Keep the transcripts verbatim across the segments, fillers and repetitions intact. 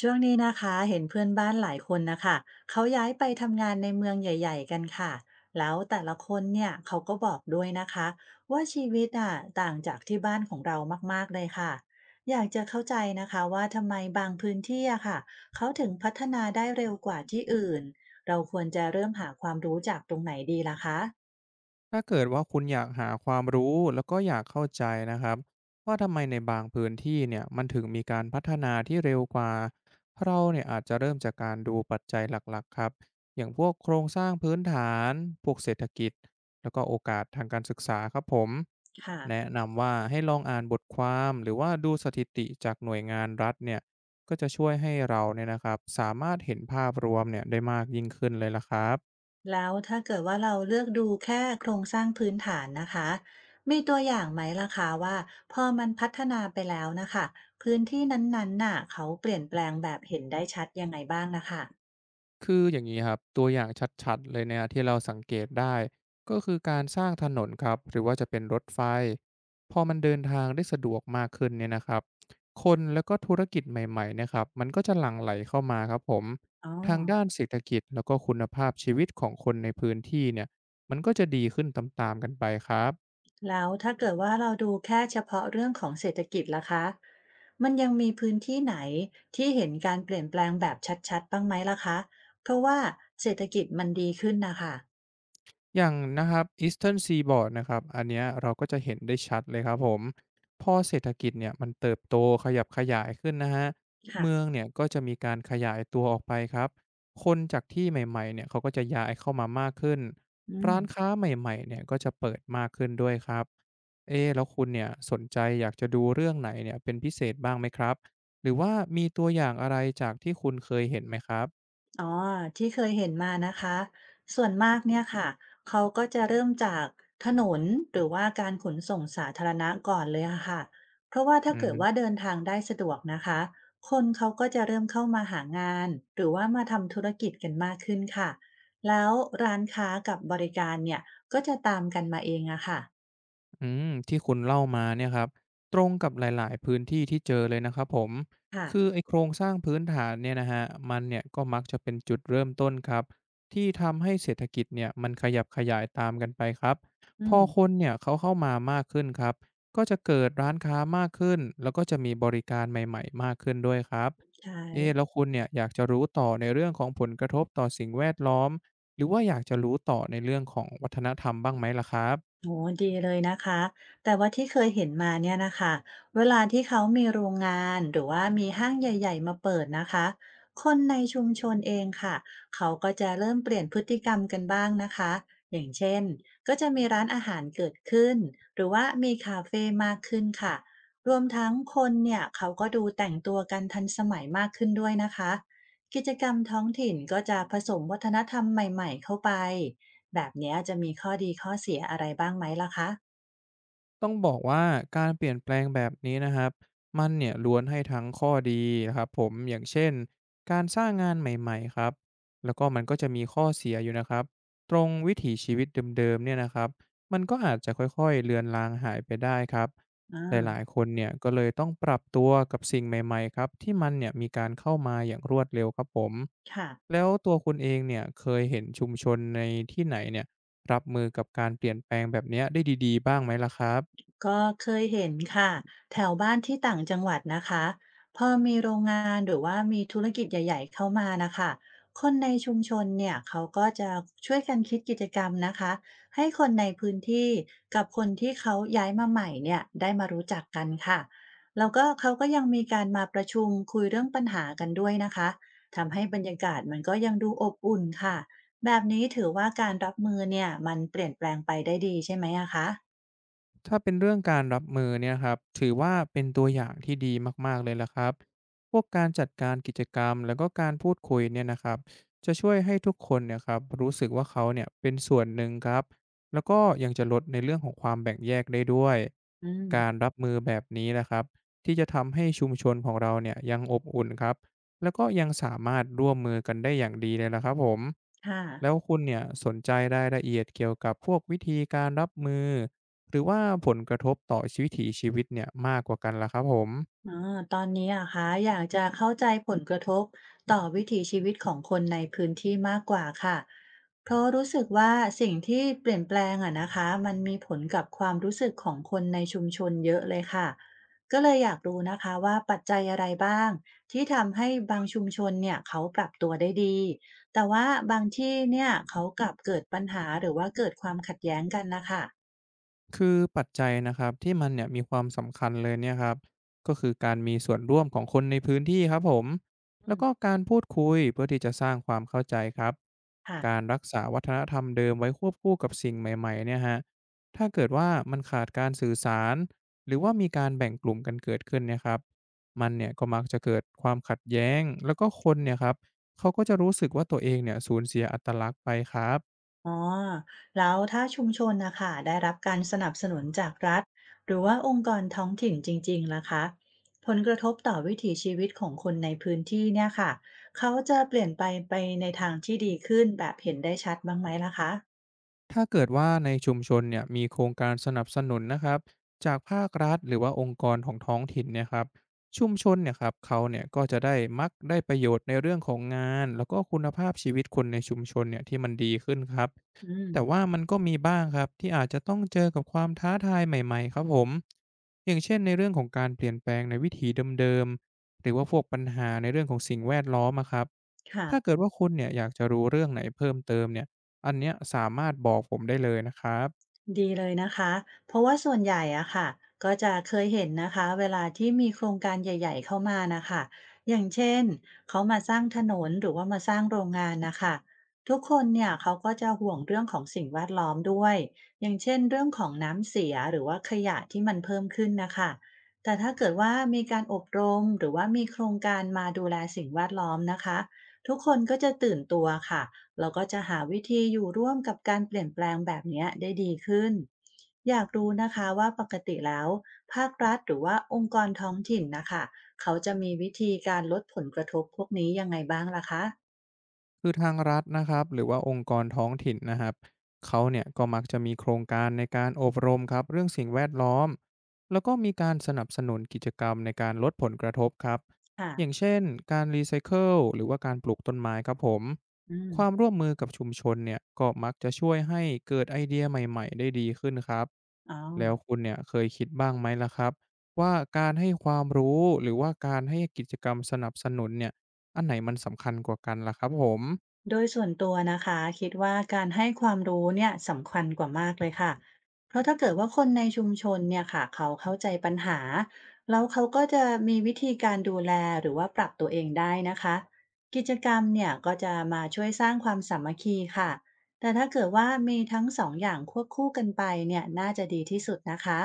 ช่วงนี้นะคะเห็นเพื่อนบ้านหลายคนนะคะเขาย้ายไปทำงานในเมืองใหญ่ๆกันค่ะแล้วแต่ละคนเนี่ยเขาก็บอกด้วยนะคะว่าชีวิตอ่ะต่างจากที่บ้านของเรามากๆเลยค่ะอยากจะเข้าใจนะคะว่าทำไมบางพื้นที่อะค่ะเขาถึงพัฒนาได้เร็วกว่าที่อื่นเราควรจะเริ่มหาความรู้จากตรงไหนดีล่ะคะถ้าเกิดว่าคุณอยากหาความรู้แล้วก็อยากเข้าใจนะครับว่าทำไมในบางพื้นที่เนี่ยมันถึงมีการพัฒนาที่เร็วกว่าเราเนี่ยอาจจะเริ่มจากการดูปัจจัยหลักๆครับอย่างพวกโครงสร้างพื้นฐานพวกเศรษฐกิจแล้วก็โอกาสทางการศึกษาครับผมค่ะ แนะนำว่าให้ลองอ่านบทความหรือว่าดูสถิติจากหน่วยงานรัฐเนี่ยก็จะช่วยให้เราเนี่ยนะครับสามารถเห็นภาพรวมเนี่ยได้มากยิ่งขึ้นเลยละครับ แล้วถ้าเกิดว่าเราเลือกดูแค่โครงสร้างพื้นฐานนะคะมีตัวอย่างไหมล่ะคะว่าพอมันพัฒนาไปแล้วนะคะพื้นที่นั้นๆน่ะเขาเปลี่ยนแปลงแบบเห็นได้ชัดยังไงบ้างนะคะคืออย่างงี้ครับตัวอย่างชัดๆเลยเนี่ยที่เราสังเกตได้ก็คือการสร้างถนนครับหรือว่าจะเป็นรถไฟพอมันเดินทางได้สะดวกมากขึ้นเนี่ยนะครับคนแล้วก็ธุรกิจใหม่ๆเนะครับมันก็จะหลั่งไหลเข้ามาครับผมอ๋อทางด้านเศรษฐกิจแล้วก็คุณภาพชีวิตของคนในพื้นที่เนี่ยมันก็จะดีขึ้นตามๆกันไปครับ แล้วถ้าเกิดว่าเราดูแค่เฉพาะเรื่องของเศรษฐกิจล่ะคะมันยังมีพื้นที่ไหนที่เห็นการเปลี่ยนแปลงแบบชัดๆบ้างไหมล่ะคะเพราะว่าเศรษฐกิจมันดีขึ้นนะคะอย่างนะครับ อีสเทิร์น ซีบอร์ด นะครับอันเนี้ยเราก็จะเห็นได้ชัดเลยครับผมพอเศรษฐกิจเนี่ยมันเติบโตขยับขยายขึ้นนะฮะเมือค่ะงเนี่ยก็จะมีการขยายตัวออกไปครับคนจากที่ใหม่ๆเนี่ยเขาก็จะย้ายเข้ามามากขึ้นอืม ร้านค้าใหม่ๆเนี่ยก็จะเปิดมากขึ้นด้วยครับเอ๊ะแล้วคุณเนี่ยสนใจอยากจะดูเรื่องไหนเนี่ยเป็นพิเศษบ้างไหมครับหรือว่ามีตัวอย่างอะไรจากที่คุณเคยเห็นไหมครับอ๋อที่เคยเห็นมานะคะส่วนมากเนี่ยค่ะเขาก็จะเริ่มจากถนนหรือว่าการขนส่งสาธารณะก่อนเลยอะค่ะเพราะว่าอืถ้าเกิดว่าม เดินทางได้สะดวกนะคะคนเขาก็จะเริ่มเข้ามาหางานหรือว่ามาทำธุรกิจกันมากขึ้นค่ะแล้วร้านค้ากับบริการเนี่ยก็จะตามกันมาเองอะค่ะอืมที่คุณเล่ามาเนี่ยครับตรงกับหลายๆพื้นที่ที่เจอเลยนะครับผมค่ะคือไอ้โครงสร้างพื้นฐานเนี่ยนะฮะมันเนี่ยก็มักจะเป็นจุดเริ่มต้นครับที่ทำให้เศรษฐกิจเนี่ยมันขยับขยายตามกันไปครับอืพอมคนเนี่ยเขาเข้ามามากขึ้นครับก็จะเกิดร้านค้ามากขึ้นแล้วก็จะมีบริการใหม่ๆมากขึ้นด้วยครับใช่ เอ๊ะแล้วคุณเนี่ยอยากจะรู้ต่อในเรื่องของผลกระทบต่อสิ่งแวดล้อมหรือว่าอยากจะรู้ต่อในเรื่องของวัฒนธรรมบ้างไหมล่ะครับ โอ้ดีเลยนะคะแต่ว่าที่เคยเห็นมาเนี่ยนะคะเวลาที่เขามีโรงงานหรือว่ามีห้างใหญ่ๆมาเปิดนะคะคนในชุมชนเองค่ะเขาก็จะเริ่มเปลี่ยนพฤติกรรมกันบ้างนะคะอย่างเช่นก็จะมีร้านอาหารเกิดขึ้นหรือว่ามีคาเฟมากขึ้นค่ะรวมทั้งคนเนี่ยเขาก็ดูแต่งตัวกันทันสมัยมากขึ้นด้วยนะคะกิจกรรมท้องถิ่นก็จะผสมวัฒนธรรมใหม่ๆเข้าไป แบบเนี้ยจะมีข้อดีข้อเสียอะไรบ้างไหมล่ะคะต้องบอกว่าการเปลี่ยนแปลงแบบนี้นะครับมันเนี่ยล้วนให้ทั้งข้อดีนะครับผมอย่างเช่นการสร้างงานใหม่ๆครับแล้วก็มันก็จะมีข้อเสียอยู่นะครับตรงวิถีชีวิตเดิมๆเนี่ยนะครับมันก็อาจจะค่อยๆเลือนลางหายไปได้ครับหลายอาๆคนเนี่ยก็เลยต้องปรับตัวกับสิ่งใหม่ๆครับที่มันเนี่ยมีการเข้ามาอย่างรวดเร็วครับผมค่ะ แล้วตัวคุณเองเนี่ยเคยเห็นชุมชนในที่ไหนเนี่ยรับมือกับการเปลี่ยนแปลงแบบเนี้ยได้ดีๆบ้างไหมล่ะครับ ก็เคยเห็นค่ะแถวบ้านที่ต่างจังหวัดนะคะพอมีโรงงานหรือว่ามีธุรกิจใหญ่ๆเข้ามานะคะคนในชุมชนเนี่ยเขาก็จะช่วยกันคิดกิจกรรมนะคะให้คนในพื้นที่กับคนที่เขาย้ายมาใหม่เนี่ยได้มารู้จักกันค่ะแล้วก็เขาก็ยังมีการมาประชุมคุยเรื่องปัญหากันด้วยนะคะทำให้บรรยากาศมันก็ยังดูอบอุ่นค่ะแบบนี้ถือว่าการรับมือเนี่ยมันเปลี่ยนแปลงไปได้ดีใช่ไหมอะคะถ้าเป็นเรื่องการรับมือเนี่ยครับถือว่าเป็นตัวอย่างที่ดีมากๆเลยล่ะครับพวกการจัดการกิจกรรมแล้วก็การพูดคุยเนี่ยนะครับจะช่วยให้ทุกคนเนี่ยครับรู้สึกว่าเขาเนี่ยเป็นส่วนหนึ่งครับแล้วก็ยังจะลดในเรื่องของความแบ่งแยกได้ด้วยอืการม รับมือแบบนี้นะครับที่จะทำให้ชุมชนของเราเนี่ยยังอบอุ่นครับแล้วก็ยังสามารถร่วมมือกันได้อย่างดีเลยล่ะครับผมค่ะแล้วคุณเนี่ยสนใจรายละเอียดเกี่ยวกับพวกวิธีการรับมือ หรือว่าผลกระทบต่อชีวิถีชีวิตเนี่ยมากกว่ากันล่ะครับผม อ๋อตอนนี้อะคะอยากจะเข้าใจผลกระทบต่อวิถีชีวิตของคนในพื้นที่มากกว่าค่ะเพราะรู้สึกว่าสิ่งที่เปลี่ยนแปลงอะนะคะมันมีผลกับความรู้สึกของคนในชุมชนเยอะเลยค่ะ ก็เลยอยากรู้นะคะว่าปัจจัยอะไรบ้างที่ทำให้บางชุมชนเนี่ยเขาปรับตัวได้ดี แต่ว่าบางที่เนี่ยเขากลับเกิดปัญหาหรือว่าเกิดความขัดแย้งกันนะคะคือปัจจัยนะครับที่มันเนี่ยมีความสำคัญเลยเนี่ยครับก็คือการมีส่วนร่วมของคนในพื้นที่ครับผมแล้อืวมก็การพูดคุยเพื่อที่จะสร้างความเข้าใจครับการค่ะ รักษาวัฒนธรรมเดิมไว้ควบคู่กับสิ่งใหม่ๆเนี่ยฮะถ้าเกิดว่ามันขาดการสื่อสารหรือว่ามีการแบ่งกลุ่มกันเกิดขึ้นเนี่ยครับมันเนี่ยก็มักจะเกิดความขัดแย้งแล้วก็คนเนี่ยครับเขาก็จะรู้สึกว่าตัวเองเนี่ยสูญเสียอัตลักษณ์ไปครับ อ๋อ แล้วถ้าชุมชนนะคะได้รับการสนับสนุนจากรัฐหรือว่าองค์กรท้องถิ่นจริงๆล่ะคะผลกระทบต่อวิถีชีวิตของคนในพื้นที่เนี่ยค่ะเขาจะเปลี่ยนไปไปในทางที่ดีขึ้นแบบเห็นได้ชัดบ้างไหมล่ะคะถ้าเกิดว่าในชุมชนเนี่ยมีโครงการสนับสนุนนะครับจากภาครัฐหรือว่าองค์กรของท้องถิ่นเนี่ยครับชุมชนเนี่ยครับเขาเนี่ยก็จะได้มักได้ประโยชน์ในเรื่องของงานแล้วก็คุณภาพชีวิตคนในชุมชนเนี่ยที่มันดีขึ้นครับ อืแต่ว่ามมันก็มีบ้างครับที่อาจจะต้องเจอกับความท้าทายใหม่ๆครับผมอย่างเช่นในเรื่องของการเปลี่ยนแปลงในวิถีเดิมๆหรือว่าพวกปัญหาในเรื่องของสิ่งแวดล้อมอะครับค่ะ ถ้าเกิดว่าคุณเนี่ยอยากจะรู้เรื่องไหนเพิ่มเติมเนี่ยอันเนี้ยสามารถบอกผมได้เลยนะครับ ดีเลยนะคะ เพราะว่าส่วนใหญ่อะค่ะก็จะเคยเห็นนะคะเวลาที่มีโครงการใหญ่ๆเข้ามานะคะอย่างเช่นเขามาสร้างถนนหรือว่ามาสร้างโรงงานนะคะทุกคนเนี่ยเขาก็จะห่วงเรื่องของสิ่งแวดล้อมด้วยอย่างเช่นเรื่องของน้ำเสียหรือว่าขยะที่มันเพิ่มขึ้นนะคะแต่ถ้าเกิดว่ามีการอบรมหรือว่ามีโครงการมาดูแลสิ่งแวดล้อมนะคะทุกคนก็จะตื่นตัวค่ะ เราก็จะหาวิธีอยู่ร่วมกับการเปลี่ยนแปลงแบบเนี้ยได้ดีขึ้นอยากรู้นะคะว่าปกติแล้วภาครัฐหรือว่าองค์กรท้องถิ่นนะคะเขาจะมีวิธีการลดผลกระทบพวกนี้ยังไงบ้างล่ะคะคือทางรัฐนะครับหรือว่าองค์กรท้องถิ่นนะครับเขาเนี่ยก็มักจะมีโครงการในการอบรมครับเรื่องสิ่งแวดล้อมแล้วก็มีการสนับสนุนกิจกรรมในการลดผลกระทบครับค่ะอย่างเช่นการรีไซเคิลหรือว่าการปลูกต้นไม้ครับผมอืมความร่วมมือกับชุมชนเนี่ยก็มักจะช่วยให้เกิดไอเดียใหม่ๆได้ดีขึ้นครับอ๋อ แล้วคุณเนี่ยเคยคิดบ้างไหมล่ะครับว่าการให้ความรู้หรือว่าการให้กิจกรรมสนับสนุนเนี่ยอันไหนมันสำคัญกว่ากันล่ะครับผม โดยส่วนตัวนะคะคิดว่าการให้ความรู้เนี่ยสำคัญกว่ามากเลยค่ะเพราะถ้าเกิดว่าคนในชุมชนเนี่ยค่ะเขาเข้าใจปัญหาแล้วเขาก็จะมีวิธีการดูแลหรือว่าปรับตัวเองได้นะคะกิจกรรมเนี่ยก็จะมาช่วยสร้างความสามัคคีค่ะแต่ถ้าเกิดว่ามีทั้งสองอย่างควบคู่กันไปเนี่ยน่าจะดีที่สุดนะคะ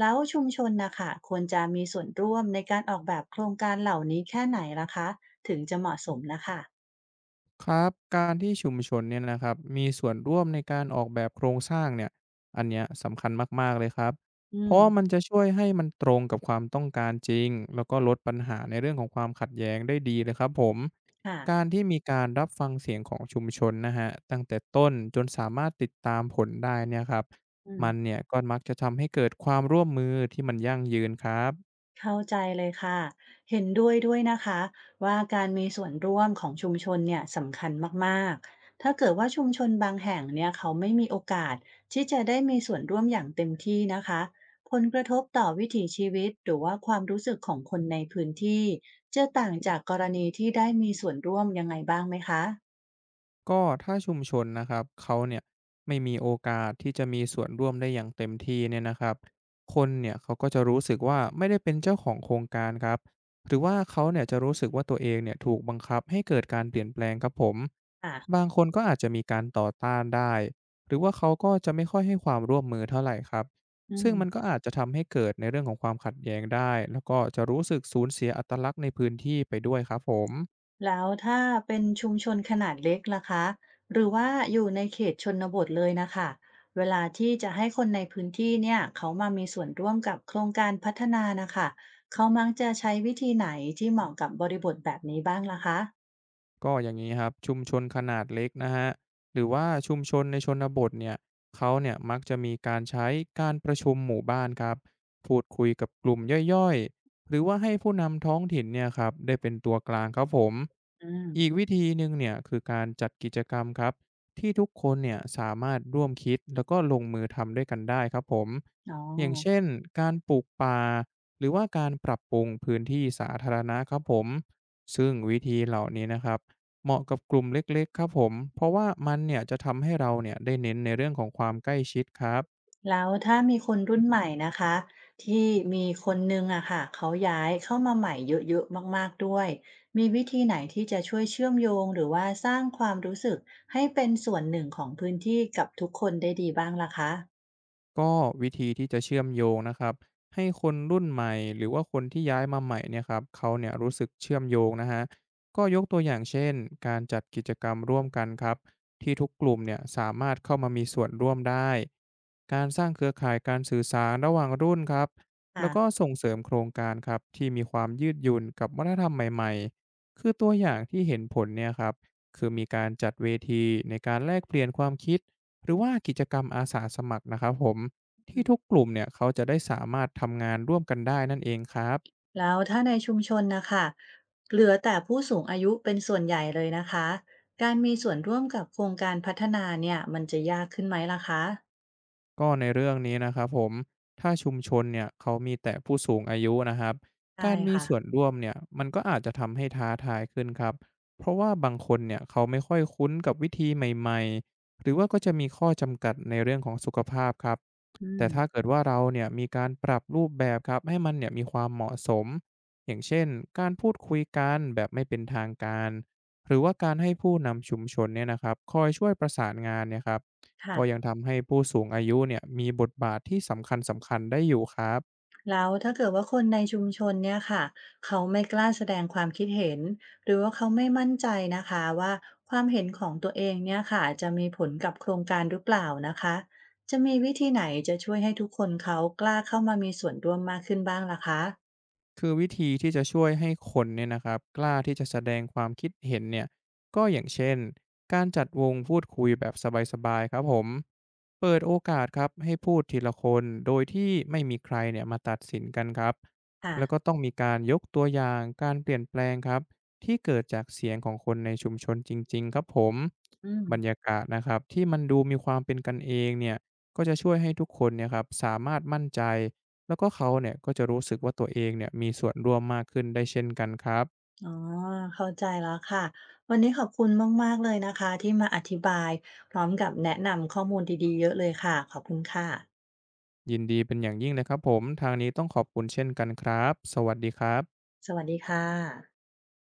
แล้วชุมชนนะคะควรจะมีส่วนร่วมในการออกแบบโครงการเหล่านี้แค่ไหนล่ะคะถึงจะเหมาะสมนะคะครับการที่ชุมชนเนี่ยนะครับมีส่วนร่วมในการออกแบบโครงสร้างเนี่ยอันเนี้ยสำคัญมากๆเลยครับอืเพราะว่ามันมจะช่วยให้มันตรงกับความต้องการจริงแล้วก็ลดปัญหาในเรื่องของความขัดแย้งได้ดีเลยครับผมการค่ะ ที่มีการรับฟังเสียงของชุมชนนะฮะตั้งแต่ต้นจนสามารถติดตามผลได้เนี่ยครับอืมันมเนี่ยก็มักจะทำให้เกิดความร่วมมือที่มันยั่งยืนครับ เข้าใจเลยค่ะเห็นด้วยด้วยนะคะว่าการมีส่วนร่วมของชุมชนเนี่ยสำคัญมากๆถ้าเกิดว่าชุมชนบางแห่งเนี่ยเขาไม่มีโอกาสที่จะได้มีส่วนร่วมอย่างเต็มที่นะคะผลกระทบต่อวิถีชีวิตหรือว่าความรู้สึกของคนในพื้นที่จะต่างจากกรณีที่ได้มีส่วนร่วมยังไงบ้างไหมคะก็ถ้าชุมชนนะครับเขาเนี่ยไม่มีโอกาสที่จะมีส่วนร่วมได้อย่างเต็มที่เนี่ยนะครับคนเนี่ยเขาก็จะรู้สึกว่าไม่ได้เป็นเจ้าของโครงการครับหรือว่าเขาเนี่ยจะรู้สึกว่าตัวเองเนี่ยถูกบังคับให้เกิดการเปลี่ยนแปลงครับผมค่ะบางคนก็อาจจะมีการต่อต้านได้หรือว่าเขาก็จะไม่ค่อยให้ความร่วมมือเท่าไหร่ครับอืม ซึ่งมันก็อาจจะทำให้เกิดในเรื่องของความขัดแย้งได้แล้วก็จะรู้สึกสูญเสียอัตลักษณ์ในพื้นที่ไปด้วยครับผม แล้วถ้าเป็นชุมชนขนาดเล็กล่ะคะหรือว่าอยู่ในเขตชนบทเลยนะคะเวลาที่จะให้คนในพื้นที่เนี่ยเขามามีส่วนร่วมกับโครงการพัฒนานะคะเขามักจะใช้วิธีไหนที่เหมาะกับบริบทแบบนี้บ้างล่ะคะก็อย่างนี้ครับชุมชนขนาดเล็กนะฮะหรือว่าชุมชนในชนบทเนี่ยเขาเนี่ยมักจะมีการใช้การประชุมหมู่บ้านครับพูดคุยกับกลุ่มย่อยๆหรือว่าให้ผู้นำท้องถิ่นเนี่ยครับได้เป็นตัวกลางครับผมอือีกมวิธีหนึ่งเนี่ยคือการจัดกิจกรรมครับที่ทุกคนเนี่ยสามารถร่วมคิดแล้วก็ลงมือทำด้วยกันได้ครับผมอ๋อ อย่างเช่นการปลูกป่าหรือว่าการปรับปรุงพื้นที่สาธารณะครับผมซึ่งวิธีเหล่านี้นะครับ เหมาะกับกลุ่มเล็กๆครับผม เพราะว่ามันเนี่ยจะทำให้เราเนี่ยได้เน้นในเรื่องของความใกล้ชิดครับ แล้วถ้ามีคนรุ่นใหม่นะคะที่มีคนนึงอะค่ะเขาย้ายเข้ามาใหม่เยอะๆมากๆด้วยมีวิธีไหนที่จะช่วยเชื่อมโยงหรือว่าสร้างความรู้สึกให้เป็นส่วนหนึ่งของพื้นที่กับทุกคนได้ดีบ้างล่ะคะก็วิธีที่จะเชื่อมโยงนะครับให้คนรุ่นใหม่หรือว่าคนที่ย้ายมาใหม่เนี่ยครับเขาเนี่ยรู้สึกเชื่อมโยงนะฮะก็ยกตัวอย่างเช่นการจัดกิจกรรมร่วมกันครับที่ทุกกลุ่มเนี่ยสามารถเข้ามามีส่วนร่วมได้การสร้างเครือข่ายการสื่อสารระหว่างรุ่นครับแล้ค่ะวก็ส่งเสริมโครงการครับที่มีความยืดหยุ่นกับวัฒนธรรมใหม่ๆคือตัวอย่างที่เห็นผลเนี่ยครับคือมีการจัดเวทีในการแลกเปลี่ยนความคิด หรือว่ากิจกรรมอาสาสมัครนะครับผมที่ทุกกลุ่มเนี่ยเขาจะได้สามารถทำงานร่วมกันได้นั่นเองครับ แล้วถ้าในชุมชนนะคะเหลือแต่ผู้สูงอายุเป็นส่วนใหญ่เลยนะคะการมีส่วนร่วมกับโครงการพัฒนาเนี่ยมันจะยากขึ้นไหมล่ะคะก็ในเรื่องนี้นะครับผมถ้าชุมชนเนี่ยเขามีแต่ผู้สูงอายุนะครับได้การมีค่ะส่วนร่วมเนี่ยมันก็อาจจะทำให้ท้าทายขึ้นครับเพราะว่าบางคนเนี่ยเขาไม่ค่อยคุ้นกับวิธีใหม่ๆหรือว่าก็จะมีข้อจำกัดในเรื่องของสุขภาพครับอืแต่มถ้าเกิดว่าเราเนี่ยมีการปรับรูปแบบครับให้มันเนี่ยมีความเหมาะสมอย่างเช่นการพูดคุยกันแบบไม่เป็นทางการหรือว่าการให้ผู้นำชุมชนเนี่ยนะครับคอยช่วยประสานงานเนี่ยครับ ก็ยัค่ะ งทำให้ผู้สูงอายุเนี่ยมีบทบาทที่สำคัญสำคัญได้อยู่ครับ แล้วถ้าเกิดว่าคนในชุมชนเนี่ยค่ะเขาไม่กล้าแสดงความคิดเห็นหรือว่าเขาไม่มั่นใจนะคะว่าความเห็นของตัวเองเนี่ยค่ะจะมีผลกับโครงการหรือเปล่านะคะจะมีวิธีไหนจะช่วยให้ทุกคนเขากล้าเข้ามามีส่วนร่วมมากขึ้นบ้างล่ะคะคือวิธีที่จะช่วยให้คนเนี่ยนะครับกล้าที่จะแสดงความคิดเห็นเนี่ยก็อย่างเช่นการจัดวงพูดคุยแบบสบายๆครับผมเปิดโอกาสครับให้พูดทีละคนโดยที่ไม่มีใครเนี่ยมาตัดสินกันครับค่ะแล้วก็ต้องมีการยกตัวอย่างการเปลี่ยนแปลงครับที่เกิดจากเสียงของคนในชุมชนจริงๆครับผมอืมบรรยากาศนะครับที่มันดูมีความเป็นกันเองเนี่ยก็จะช่วยให้ทุกคนเนี่ยครับสามารถมั่นใจ แล้วก็เขาเนี่ยก็จะรู้สึกว่าตัวเองเนี่ยมีส่วนร่วมมากขึ้นได้เช่นกันครับอ๋อเข้าใจแล้วค่ะวันนี้ขอบคุณมากๆเลยนะคะที่มาอธิบายพร้อมกับแนะนำข้อมูลดีๆเยอะเลยค่ะขอบคุณค่ะยินดีเป็นอย่างยิ่งเลยครับผมทางนี้ต้องขอบคุณเช่นกันครับสวัสดีครับสวัสดีค่ะ